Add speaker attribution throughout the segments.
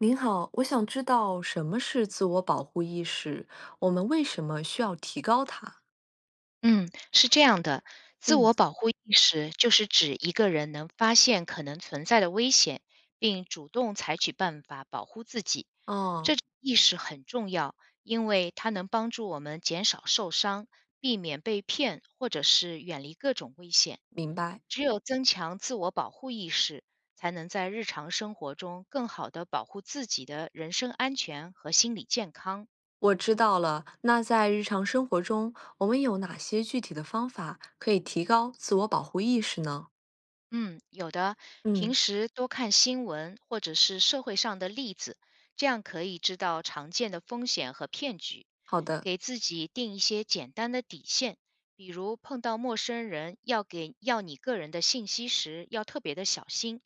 Speaker 1: 您好，我想知道什么是自我保护意识，我们为什么需要提高它？
Speaker 2: 嗯，是这样的，自
Speaker 1: 嗯，
Speaker 2: 我保护意识就是指一个人能发现可能存在的危险，并主动采取办法保护自己。这
Speaker 1: 哦，
Speaker 2: 种意识很重要，因为它能帮助我们减少受伤，避免被骗，或者是远离各种危险。
Speaker 1: 明白，
Speaker 2: 只有增强自我保护意识，才能在日常生活中更好的保护自己的人身安全和心理健康。
Speaker 1: 我知道了。那在日常生活中，我们有哪些具体的方法可以提高自我保护意识呢？
Speaker 2: 嗯，有的。平
Speaker 1: 嗯，
Speaker 2: 时多看新闻或者是社会上的例子，这样可以知道常见的风险和骗局，
Speaker 1: 好的，
Speaker 2: 给自己定一些简单的底线，比如碰到陌生人要给要你个人的信息时，要特别的小心。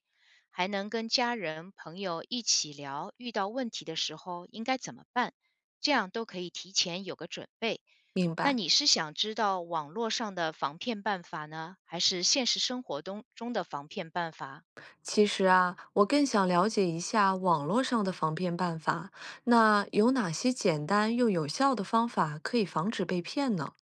Speaker 2: 还能跟家人、朋友一起聊，遇到问题的时候应该怎么办，这样都可以提前有个准备。
Speaker 1: 明
Speaker 2: 那
Speaker 1: 白。
Speaker 2: 你是想知道网络上的防骗办法呢，还是现实生活中的防骗办法？
Speaker 1: 其实啊，我更想了解一下网络上的防骗办法，那有哪些简单又有效的方法可以防止被骗呢？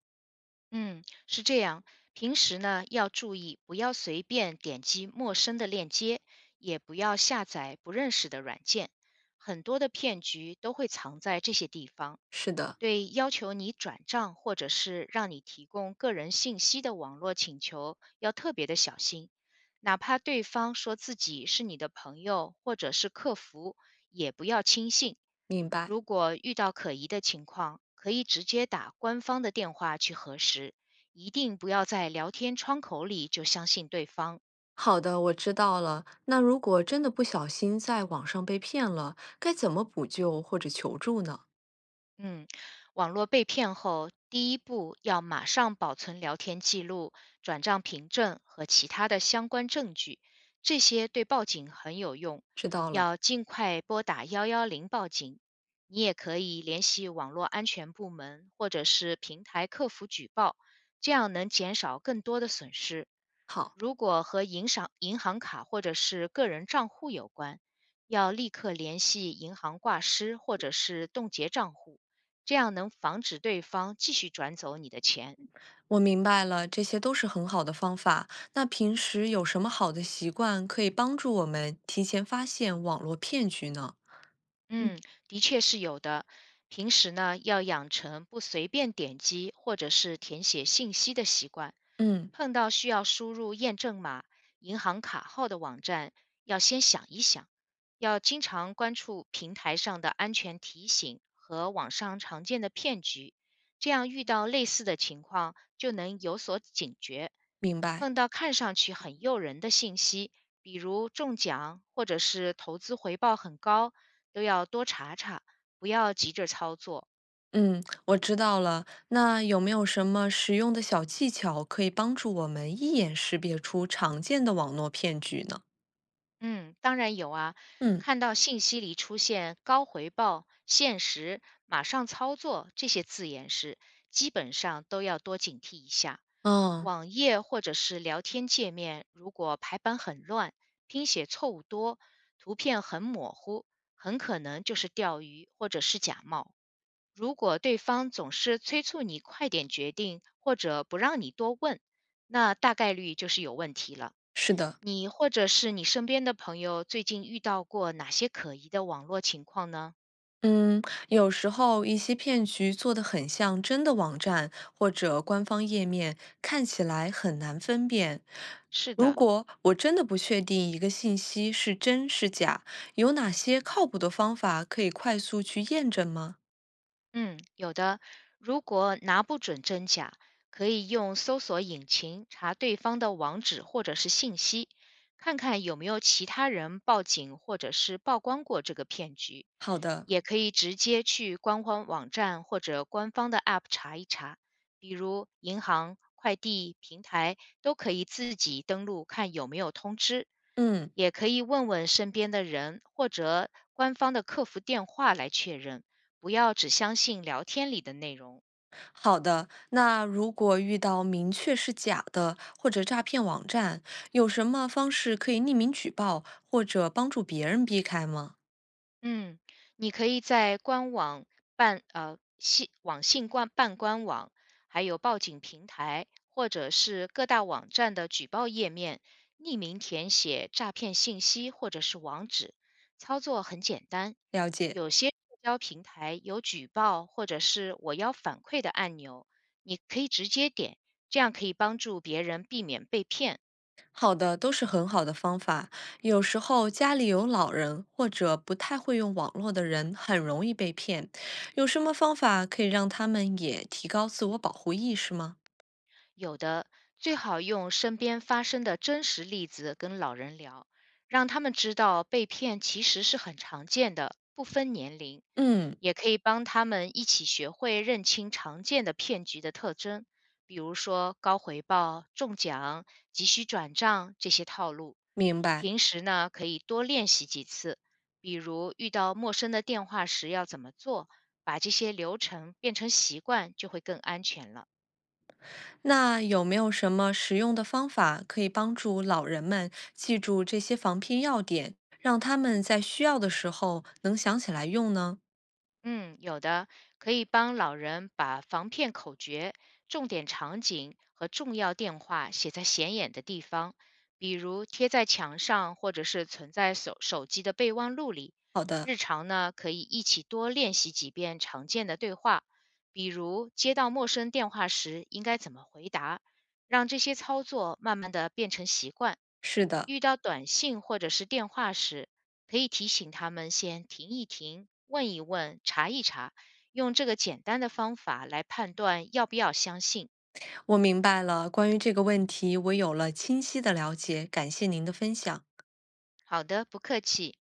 Speaker 2: 嗯，是这样。平时呢，要注意不要随便点击陌生的链接，也不要下载不认识的软件。很多的骗局都会藏在这些地方。
Speaker 1: 是的，
Speaker 2: 对要求你转账或者是让你提供个人信息的网络请求要特别的小心，哪怕对方说自己是你的朋友或者是客服，也不要轻信。
Speaker 1: 明白。
Speaker 2: 如果遇到可疑的情况，可以直接打官方的电话去核实，一定不要在聊天窗口里就相信对方。
Speaker 1: 好的，我知道了。那如果真的不小心在网上被骗了，该怎么补救或者求助呢？
Speaker 2: 嗯，网络被骗后，第一步要马上保存聊天记录、转账凭证和其他的相关证据，这些对报警很有用。
Speaker 1: 知道了，
Speaker 2: 要尽快拨打110报警。你也可以联系网络安全部门或者是平台客服举报，这样能减少更多的损失。
Speaker 1: 好，
Speaker 2: 如果和银行卡或者是个人账户有关，要立刻联系银行挂失或者是冻结账户。这样能防止对方继续转走你的钱。
Speaker 1: 我明白了，这些都是很好的方法。那平时有什么好的习惯可以帮助我们提前发现网络骗局呢？嗯，
Speaker 2: 嗯，的确是有的。平时呢，要养成不随便点击或者是填写信息的习惯。
Speaker 1: 嗯，
Speaker 2: 碰到需要输入验证码、银行卡号的网站，要先想一想。要经常关注平台上的安全提醒和网上常见的骗局，这样遇到类似的情况就能有所警觉。
Speaker 1: 明白。
Speaker 2: 碰到看上去很诱人的信息，比如中奖或者是投资回报很高，都要多查查，不要急着操作。
Speaker 1: 嗯，我知道了。那有没有什么实用的小技巧可以帮助我们一眼识别出常见的网络骗局呢？
Speaker 2: 嗯，当然有啊，
Speaker 1: 嗯，
Speaker 2: 看到信息里出现高回报、限时、马上操作这些字眼时，基本上都要多警惕一下。
Speaker 1: 哦，
Speaker 2: 网页或者是聊天界面，如果排版很乱、拼写错误多、图片很模糊，很可能就是钓鱼或者是假冒。如果对方总是催促你快点决定，或者不让你多问，那大概率就是有问题了。
Speaker 1: 是的。
Speaker 2: 你或者是你身边的朋友最近遇到过哪些可疑的网络情况呢？
Speaker 1: 嗯，有时候一些骗局做得很像真的网站或者官方页面，看起来很难分辨。
Speaker 2: 是
Speaker 1: 如
Speaker 2: 的，
Speaker 1: 果我真的不确定一个信息是真是假，有哪些靠谱的方法可以快速去验证吗？
Speaker 2: 嗯，有的。如果拿不准真假，可以用搜索引擎查对方的网址或者是信息，看看有没有其他人报警或者是曝光过这个骗局。
Speaker 1: 好的，
Speaker 2: 也可以直接去官方网站或者官方的 App 查一查，比如银行、快递平台都可以自己登录看有没有通知。
Speaker 1: 嗯，
Speaker 2: 也可以问问身边的人或者官方的客服电话来确认。不要只相信聊天里的内容。
Speaker 1: 好的。那如果遇到明确是假的或者诈骗网站，有什么方式可以匿名举报或者帮助别人避开吗？
Speaker 2: 嗯，你可以在官网信网信官办官网，还有报警平台，或者是各大网站的举报页面，匿名填写诈骗信息或者是网址，操作很简单。
Speaker 1: 了解。
Speaker 2: 有些社交平台有举报或者是我要反馈的按钮，你可以直接点，这样可以帮助别人避免被骗。
Speaker 1: 好的，都是很好的方法。有时候家里有老人或者不太会用网络的人，很容易被骗。有什么方法可以让他们也提高自我保护意识吗？
Speaker 2: 有的，最好用身边发生的真实例子跟老人聊，让他们知道被骗其实是很常见的，不分年龄，
Speaker 1: 嗯，
Speaker 2: 也可以帮他们一起学会认清常见的骗局的特征，比如说高回报、中奖、急需转账这些套路。
Speaker 1: 明白。
Speaker 2: 平时呢，可以多练习几次，比如遇到陌生的电话时要怎么做，把这些流程变成习惯，就会更安全了。
Speaker 1: 那有没有什么实用的方法可以帮助老人们记住这些防骗要点，让他们在需要的时候能想起来用呢？
Speaker 2: 嗯，有的，可以帮老人把防骗口诀、重点场景和重要电话写在显眼的地方，比如贴在墙上，或者是存在手机的备忘录里。
Speaker 1: 好的，
Speaker 2: 日常呢，可以一起多练习几遍常见的对话，比如接到陌生电话时应该怎么回答，让这些操作慢慢的变成习惯。
Speaker 1: 是的，
Speaker 2: 遇到短信或者是电话时，可以提醒他们先停一停，问一问，查一查，用这个简单的方法来判断要不要相信。
Speaker 1: 我明白了。关于这个问题，我有了清晰的了解。感谢您的分享。
Speaker 2: 好的，不客气。